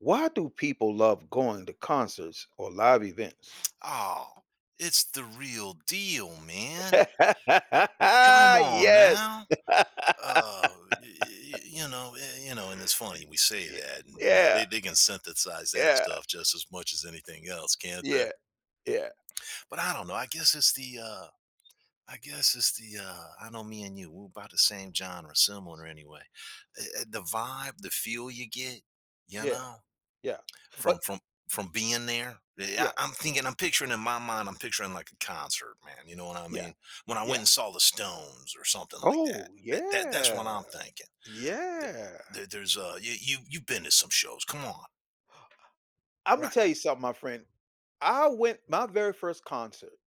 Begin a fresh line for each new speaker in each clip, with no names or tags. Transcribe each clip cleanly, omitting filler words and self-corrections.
Why do people love going to concerts or live events?
Oh, it's the real deal, man. Come on
Yes.
now. uh, you know, and it's funny we say
Ye
that, and you know, they,
yeah,
they can synthesize that
yeah,
stuff just as much as anything else, can't they?
yeah, yeah,
But I don't know. I guess it's the, I know me and you, we're about the same genre, similar anyway. The vibe, the feel you get, you
yeah,
know.
yeah. But
From from from being there? Yeah,
yeah,
I'm thinking, I'm picturing in my mind, I'm picturing like a concert, man. You know what I
yeah,
mean? When I went
yeah.
and saw the Stones or something like that.
Oh,
That's what I'm
yeah,
thinking. Th-
yeah.
there's you've been to some shows. Come on,
Imma
right?
tell you something, my friend. I went my very first concert,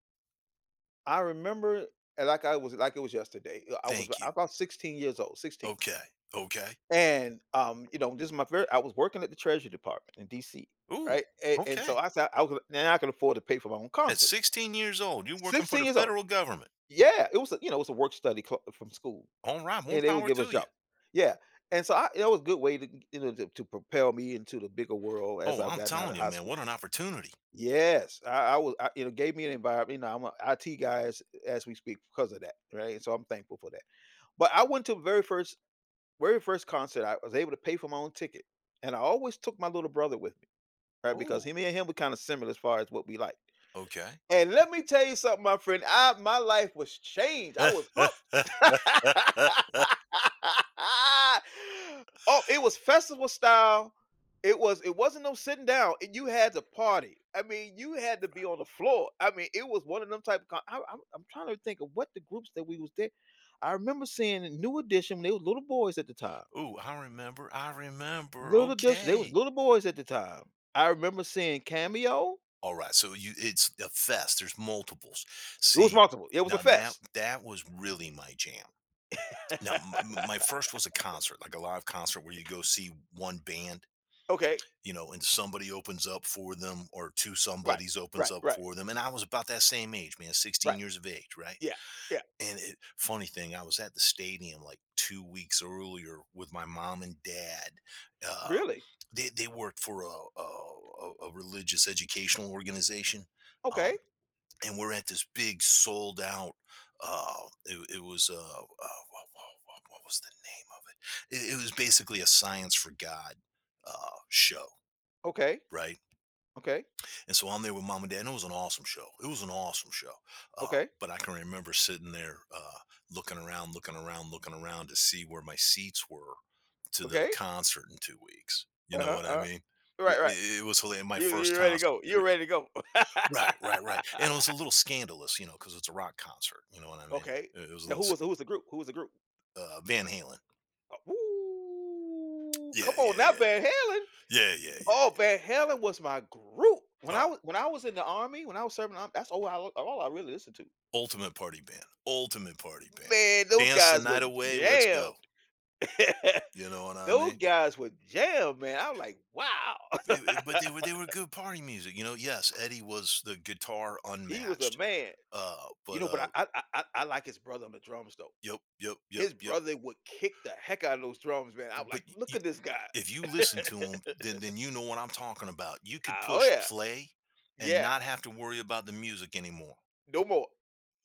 I remember, like I was like it was yesterday, I was
Thank you.
about 16 years old, 16.
Okay, okay.
You know, this is my very I was working at the Treasury Department in DC,
Ooh,
right? And so
okay.
I said I was now I can afford to pay for my own
At
concerts.
16 years old, you're working for
16
the
years old.
federal government.
Yeah, it was it was a work study club from school.
All right, more
And they would
power
give us
to you.
jobs. Yeah. And so I That was a good way to to propel me into the bigger world as
Oh,
I've
I'm
gotten out
telling
of
you,
high
man,
school.
what an opportunity.
Yes, you know, gave me an environment. You know, I'm an IT guy as we speak because of that, right? And so I'm thankful for that. But I went to the very first concert. I was able to pay for my own ticket, and I always took my little brother with me, right? Because
Ooh,
me and him were kind of similar as far as what we like.
okay.
And let me tell you something, my friend. I My life was changed. I was hooked. Oh, it was festival style. It wasn't no sitting down, and you had to party. I mean, you had to be on the floor. I mean, it was one of them type of. Con- I, am I'm trying to think of what the groups that we was there. I remember seeing New Edition when they were little boys at the time.
Oh, I remember,
Little Dish They was
okay.
little boys at the time. I remember seeing Cameo.
Alright, so you it's a fest, there's multiples.
It was
See,
multiple. It was a
now that
fest.
that was really my jam. Now, m m my first was a concert, like a live concert where you go see one band,
Okay.
you know, and somebody opens up for them or 2
Right.
somebodies opens
Right.
up
Right.
for them, and I was about that same age, man, 16
Right.
years of age, right?
Yeah. Yeah.
And it funny thing, I was at the stadium like 2 weeks earlier with my mom and dad. Uh,
Really?
they work for a religious educational organization. Um,
Okay.
and we're at this big sold out it was what was the name of it? It was basically a science for god show,
Okay.
right,
Okay.
and so I'm there with mom and dad, and it was an awesome show. It was an awesome show.
Okay.
But I can remember sitting there, looking around to see where my seats were to the
Okay.
concert in 2 weeks. You know
Uh-huh.
what I mean? It,
Right. Right.
it it was hilarious. My
You
first
you ready to
concert,
go. You
uh,
ready to go.
right, and it was a little scandalous, you know, because it's a rock concert. You know what I mean?
Okay.
It was a
Now
little
who was the group? Who was the group?
Van Halen.
Ooh,
Yeah,
come on
yeah,
now, Van Halen.
yeah, yeah, yeah,
Oh,
yeah.
Van Halen was my group.
Oh,
When I was in the army, when I was serving the army, that's all I really listened to.
ultimate party band.
Man, those
Dance the
guys were
night away. Let's go.
jammed.
You know what I
Those
mean?
guys were jammed, man. I was like, wow,
It- but they were good party music, you know. Yes, Eddie was the guitar
he was a
unmatched.
man. You
But
know, but I like his brother on the drums though. His
yep.
brother would kick the heck out of those drums, man. I was
But, but
like, look
you,
at this guy.
if you listen to him, then you know what I'm talking about. You could
Oh
push
yeah,
play and
yeah.
not have to worry about the music anymore.
No more.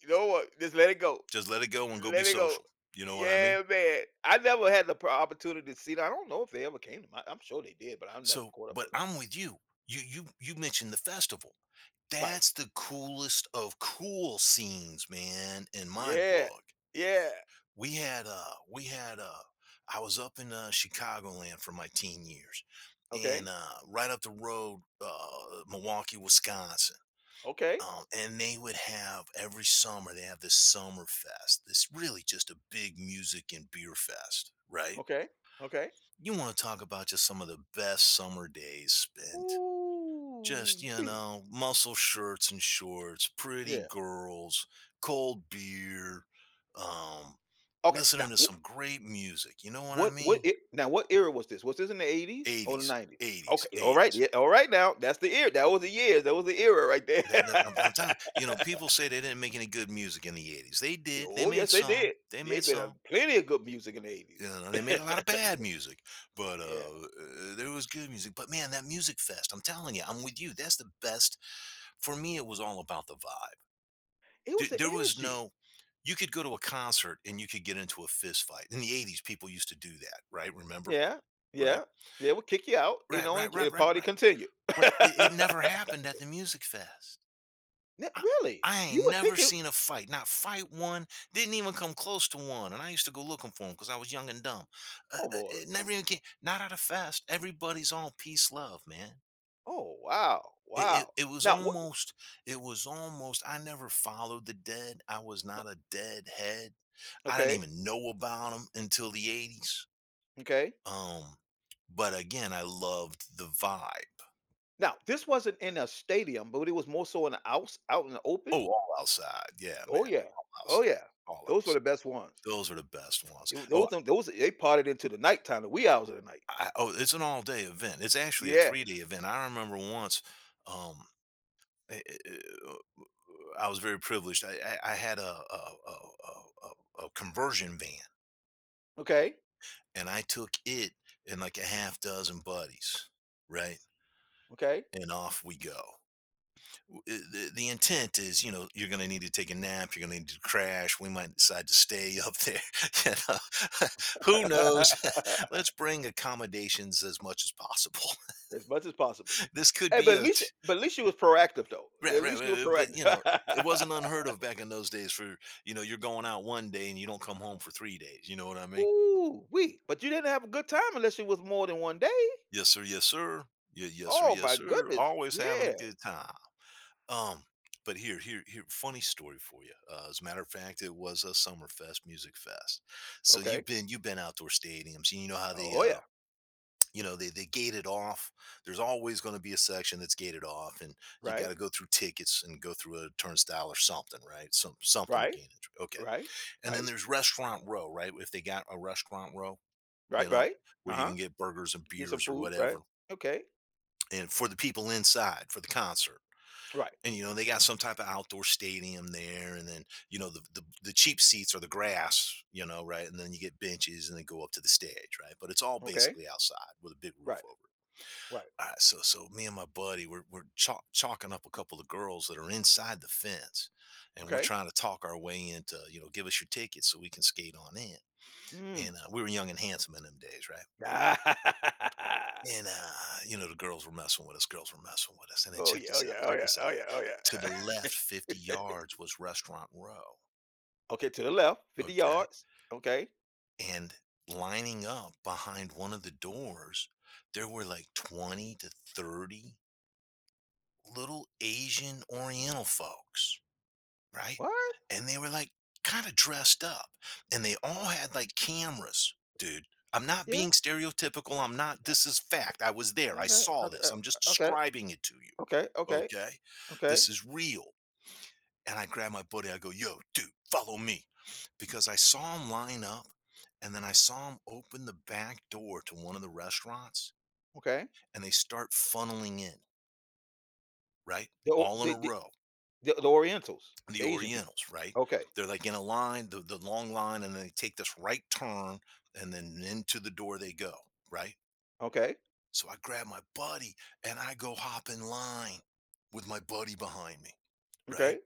You know what? Just let it go.
Just let it go and go be
Let it go.
social. You know what I mean?
Yeah, man. I never had the pro opportunity to see that. I don't know if they ever came to my I'm sure they did, but I never
So,
caught up
but
with them.
I'm with you. You mentioned the festival.
Right.
That's the coolest of cool scenes, man, in my
Yeah.
book.
Yeah.
We had I was up in Chicagoland for my teen years, and
Okay.
right up the road, Milwaukee, Wisconsin.
Okay.
And they would have this summer fest this really just a big music and beer fest, right?
Okay. Okay.
You want to talk about just some of the best summer days spent, just,
Ooh
you
wee.
know, muscle shirts and shorts, pretty
Yeah.
girls, cold beer, um,
Okay. Now,
listening to
wh-
some great music. You know what I
what
mean?
it now what era was this? Was this in the 80s or the
80s,
90s?
80s,
Okay. All right.
80s.
Yeah. All right now, that's the era. That was the years. That was the era right there.
I'm telling you know, people say they didn't make any good music in the 80s. They did.
Oh, yes, they did.
They
They
made
made
some.
a plenty of good music in the
You
80s.
know, they made a lot of bad music, but
Yeah.
there was good music. But man, that music fest, I'm telling you, I'm with you. That's the best. For me, it was all about the vibe.
It was
Th
the
there was
energy.
no you could go to a concert and you could get into a fist fight. In the '80s, people used to do that, right? Remember?
Yeah,
Right?
yeah. They would kick you out, you know, and the party
Right.
continued.
But it never happened at the music fest.
Yeah,
I
really?
I
You
ain't
would
never
think it.
seen a fight, not fight one, didn't even come close to one, and I used to go looking for them because I was young and dumb.
Oh, Lord.
It never even came not at a fest. Everybody's all peace, love, man.
Oh, wow,
It, it
wow.
it was
Now what
almost it was almost I never followed the dead. I was
no
not a deadhead. I didn't
okay,
even know about them until the 80s.
okay.
Um but again, I loved the vibe.
Now, this wasn't in a stadium, but it was more so in the out in the open?
Oh, all outside. Yeah,
Oh,
man.
yeah.
All
Oh,
outside.
yeah.
All
Those were
outside.
the best ones.
Those are the best ones.
It wa those them those They parted into the nighttime, the wee hours of the night.
Oh, it's an all-day event. It's actually a
Yeah.
3-day event. I remember once um eh, eh, eh, uh, I was very privileged. I had a conversion van,
Okay,
and I took it and like a half dozen buddies, right?
okay.
And off we go. The intent is, you know, you're going to need to take a nap. You're going to need to crash. We might decide to stay up there. You know? Who knows? Let's bring accommodations as much as possible.
As much as possible.
this could
Hey,
be a, t-
but at least you was proactive, though. At least you were
right, but you know, it
proactive.
wasn't unheard of back in those days for, you know, you're going out one day and you don't come home for 3 days. You know what I mean?
Ooh, we. But you didn't have a good time unless it was more than 1 day.
Yes, sir. Yes, sir. Yeah, yes, sir.
Oh
Yes,
my
sir.
goodness.
Always having a
Yeah.
good time. Um, but here, funny story for you. As a matter of fact, it was a Summerfest music fest. So
Okay.
you've been outdoor stadiums, and you know how they
Oh yeah.
you know they gate it off. There's always going to be a section that's gated off, and you got
Right.
to go through tickets and go through a turnstile or something, right? Some something to
Right.
gain entry. Okay,
Right.
and then
Right.
there's restaurant row, right? If they got a restaurant row, you
Right.
know,
Right.
where you
Uh-huh.
can get burgers and
Get some
beers or
food. Right.
whatever,
Okay.
and for the people inside for the concert.
Right.
And you know they got some type of outdoor stadium there, and then you know the cheap seats are the grass, you know, right, and then you get benches and then go up to the stage, right, but it's all
Okay.
basically outside with a big roof
Right.
over it.
Right.
All right, so so me and my buddy, we're chalking up a couple of girls that are inside the fence, and we're
Okay.
trying to talk our way into, you know, give us your tickets so we can skate on in. And
Mm.
we were young and handsome in them days, right. And you know the girls were messing with us girls were messing with us, and then
Oh yeah. Oh yeah. Oh
check
yeah.
this
Oh
out.
yeah. Oh
To the
yeah.
left 50 yards was Restaurant Row,
Okay. To the left, 50
okay?
yards. Okay.
And lining up behind one of the doors, there were like 20 to 30 little Asian Oriental folks, right?
What?
And they were like kinda dressed up, and they all had like cameras, dude. I'm not
Yeah.
being stereotypical, I'm not, this is fact. I was there, I
Okay.
saw this, I'm just
Okay.
describing it to you,
Okay. Okay.
okay?
Okay.
This is real. And I grab my buddy. I go, yo, dude, follow me. Because I saw him line up and then I saw him open the back door to one of the restaurants
Okay.
and they start funneling in, right?
The, o-
All in
the,
a
the
row.
the Orientals,
The
the Asian people.
Orientals, right?
Okay,
They're like in a line, the long line, and they take this right turn and then into the door they go, right?
okay,
So I grab my buddy and I go hop in line with my buddy behind me, right?
okay.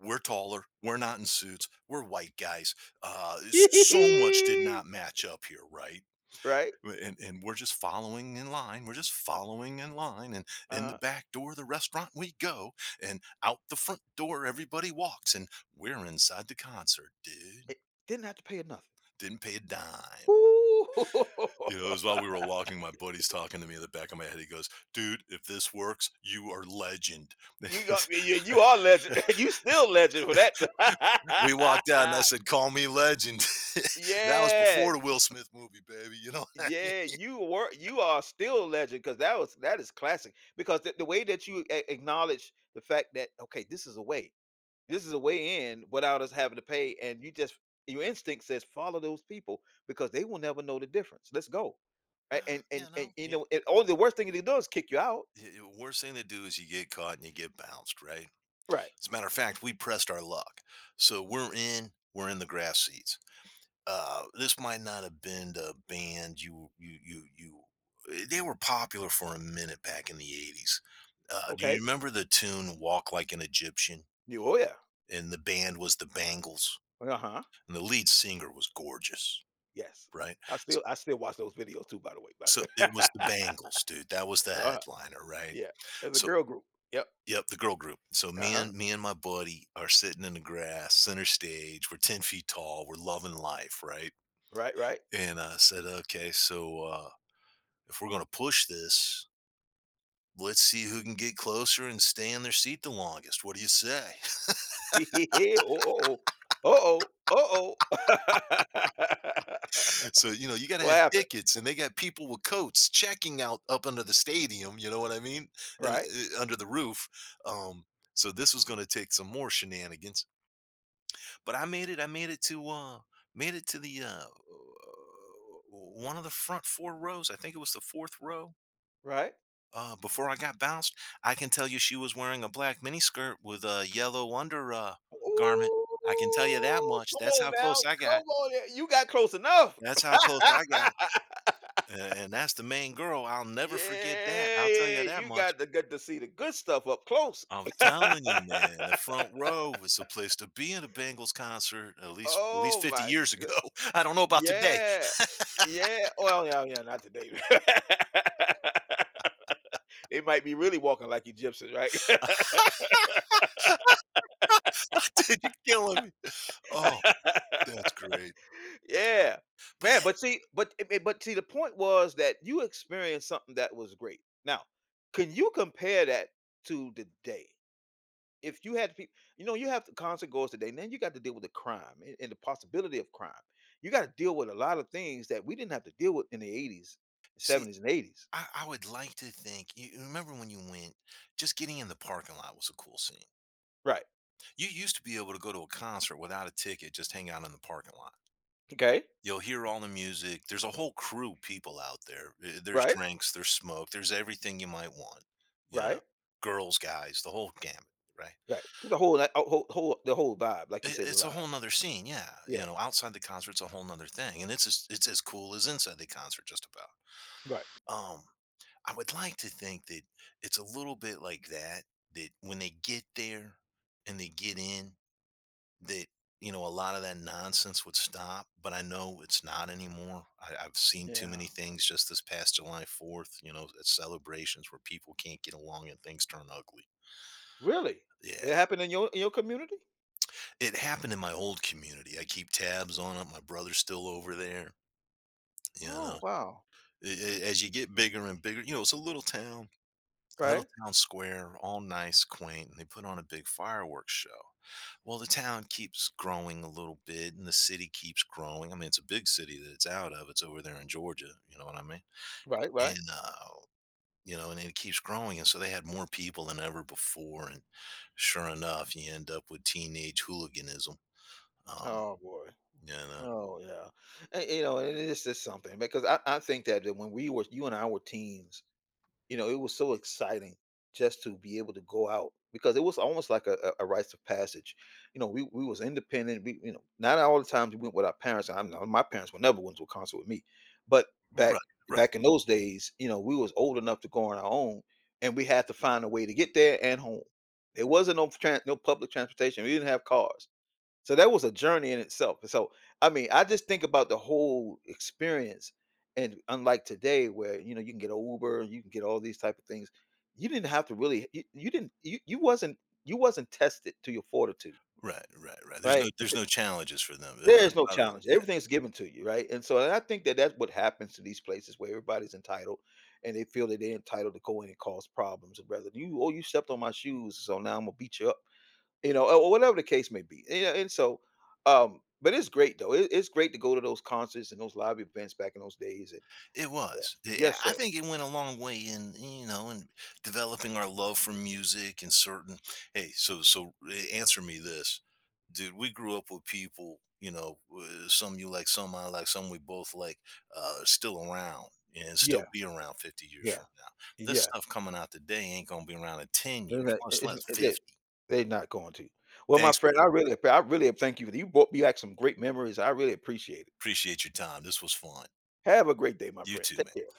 We're taller. We're not in suits. We're white guys. Uh, so much did not match up here, right?
Right?
And we're just following in line. We're just following in line. And in the
Uh-huh.
back door of the restaurant we go. And out the front door, everybody walks. And we're inside the concert, dude.
Didn't have to pay her nothing.
Didn't pay a dime.
Woo!
You know, it was while we were walking, my buddy's talking to me in the back of my head. He goes, dude, if this works, you are legend.
You are legend. You still legend for that ti
We walked out and I said, "Call me legend." That was before
Yes.
the Will Smith movie, baby. You know what I mean?
Yeah, you are still legend because that is classic because the way that you a acknowledge the fact that, "Okay, this is a way." This is a way in without us having to pay, and you just your instinct says follow those people because they will never know the difference. Let's go.
Uh, you
And
know,
you
y
know, and only the worst thing they do is kick you out.
y y worst thing to do is you get caught and you get bounced, right?
Right.
As a matter of fact, we pressed our luck. So we're in the grass seats. This might not have been the band you you you you. Eh, They were popular for a minute back in the 80s. Do you
Okay.
remember the tune "Walk Like an Egyptian"?
You, oh yeah,
And the band was the Bangles,
uh huh,
and the lead singer was gorgeous,
yes.
right? S-
I still watch those videos too. By
So, it was the
the
Bangles, dude. That was the
way,
headliner, right?
yeah, as a
So.
girl group. Yep.
Yep, the girl group. So
Uh
me
huh.
and me and my buddy are sitting in the grass, center stage. We're 10 feet tall. We're loving life, right?
Right. Right.
And I said, okay, so if we're going to push this, let's see who can get closer and stay in their seat the longest. What do you say?
Oh. Oh. Oh. Oh. Oh.
So, you got to
What
have
happened?
tickets and they got people with coats checking out up under the stadium, you know what I mean? And
Right.
under the roof. Um, so this was going to take some more shenanigans, but I made it. I made it to the, one of the front four rows. I think it was the fourth row.
Right.
Before I got bounced, I can tell you she was wearing a black miniskirt with a yellow under garment. I can tell you that
Ooh,
much.
come
That's
on
how
now.
close I got.
Come on now. You got close enough.
That's how close I got. And that's the main girl. I'll never
Yeah,
forget that. I'll tell you
yeah,
that
you
much.
got to get to see the good stuff up close.
I'm telling you, man, the front row was the place to be in a Bengals concert at least
Oh
50
my
years
good.
ago. I don't know about today.
Yeah. Yeah. Well, yeah, yeah, not today. It might be really walking like Egyptians, right?
Dude, you're killing me. Oh, that's great.
Yeah,
But
man.
yeah,
But see, but see, the point was that you experienced something that was great. Now, can you compare that to today? If you had people, you know, you have the concert goers today, and then you got to deal with the crime and the possibility of crime. You got to deal with a lot of things that we didn't have to deal with in the 80s,
see,
seventies, and eighties.
I would like to think you remember when you went, just getting in the parking lot was a cool scene.
Right.
You used to be able to go to a concert without a ticket, just hang out in the parking lot.
Okay.
You'll hear all the music. There's a whole crew of people out there. There's
Right.
drinks, there's smoke, there's everything you might want. You know,
Right.
girls, guys, the whole gamut, right?
Right. It's a whole, whole, the whole vibe, like you say, the
It's a
vibe.
whole nother scene, yeah. You
Yeah.
know, outside the concert's a whole nother thing, and it's as cool as inside the concert, just
Right.
about. I would like to think that it's a little bit like that, that when they get there and they get in, that, you know, a lot of that nonsense would stop, but I know it's not anymore. I've seen too
Yeah.
many things just this past July 4th, you know, at celebrations where people can't get along and things turn ugly.
Really?
Yeah.
It happened in your community?
It happened in my old community. I keep tabs on it. My brother's still over there, you know.
Oh wow.
As you get bigger and bigger, you know, it's a little town. Little
Right,
town square, all nice, quaint, and they put on a big fireworks show. Well, the town keeps growing a little bit and the city keeps growing. I mean, it's a big city that it's out of. It's over there in Georgia, you know what I mean?
right, right.
And you know, and it keeps growing. And so they had more people than ever before. And sure enough, you end up with teenage hooliganism. Um,
Oh boy.
you know.
Oh yeah. And you know, and it's just something because I think that when we were you and I were teens, you know, it was so exciting just to be able to go out because it was almost like a rites of passage. You know, we was independent. We You know, not all the times we went with our parents. I'm My parents were never went to a concert with me, but back
Right, right,
back in those days, you know, we was old enough to go on our own, and we had to find a way to get there and home. There wasn't no tran no public transportation. We didn't have cars. So that was a journey in itself. So I mean, I just think about the whole experience, and unlike today, where you know you can get a Uber, you can get all these type of things, you didn't have to really. You wasn't. You wasn't tested to your fortitude,
right, right, right. There's no
right?
there's no challenges for them.
There is
A
no
lot of the-
challenge.
Yeah.
Everything's given to you, right? And so, and I think that that's what happens to these places where everybody's entitled, and they feel that they're entitled to go in and cause problems. And rather you, oh, you stepped on my shoes, so now I'm gonna beat you up. You know, or whatever the case may be. You know, but it's great though. It's great to go to those concerts and those live events back in those days. And
It was. I
yes,
I
sir.
think it went a long way in, you know, in developing our love for music and certain. Hey, answer me this, dude. We grew up with people, you know, some you like, some I like, some we both like, still around and
Yeah,
still be around 50 years
yeah,
from now. This
yeah.
stuff coming out today ain't gonna be around in 10
They're
years,
not,
much
it's,
less
it-
50.
they're not going to. Well, my
Thanks for
friend,
it.
I really thank you. You brought me back some great memories. I really appreciate it.
Appreciate your time. This was fun.
Have a great day, my
You
friend.
too, man.
Take care.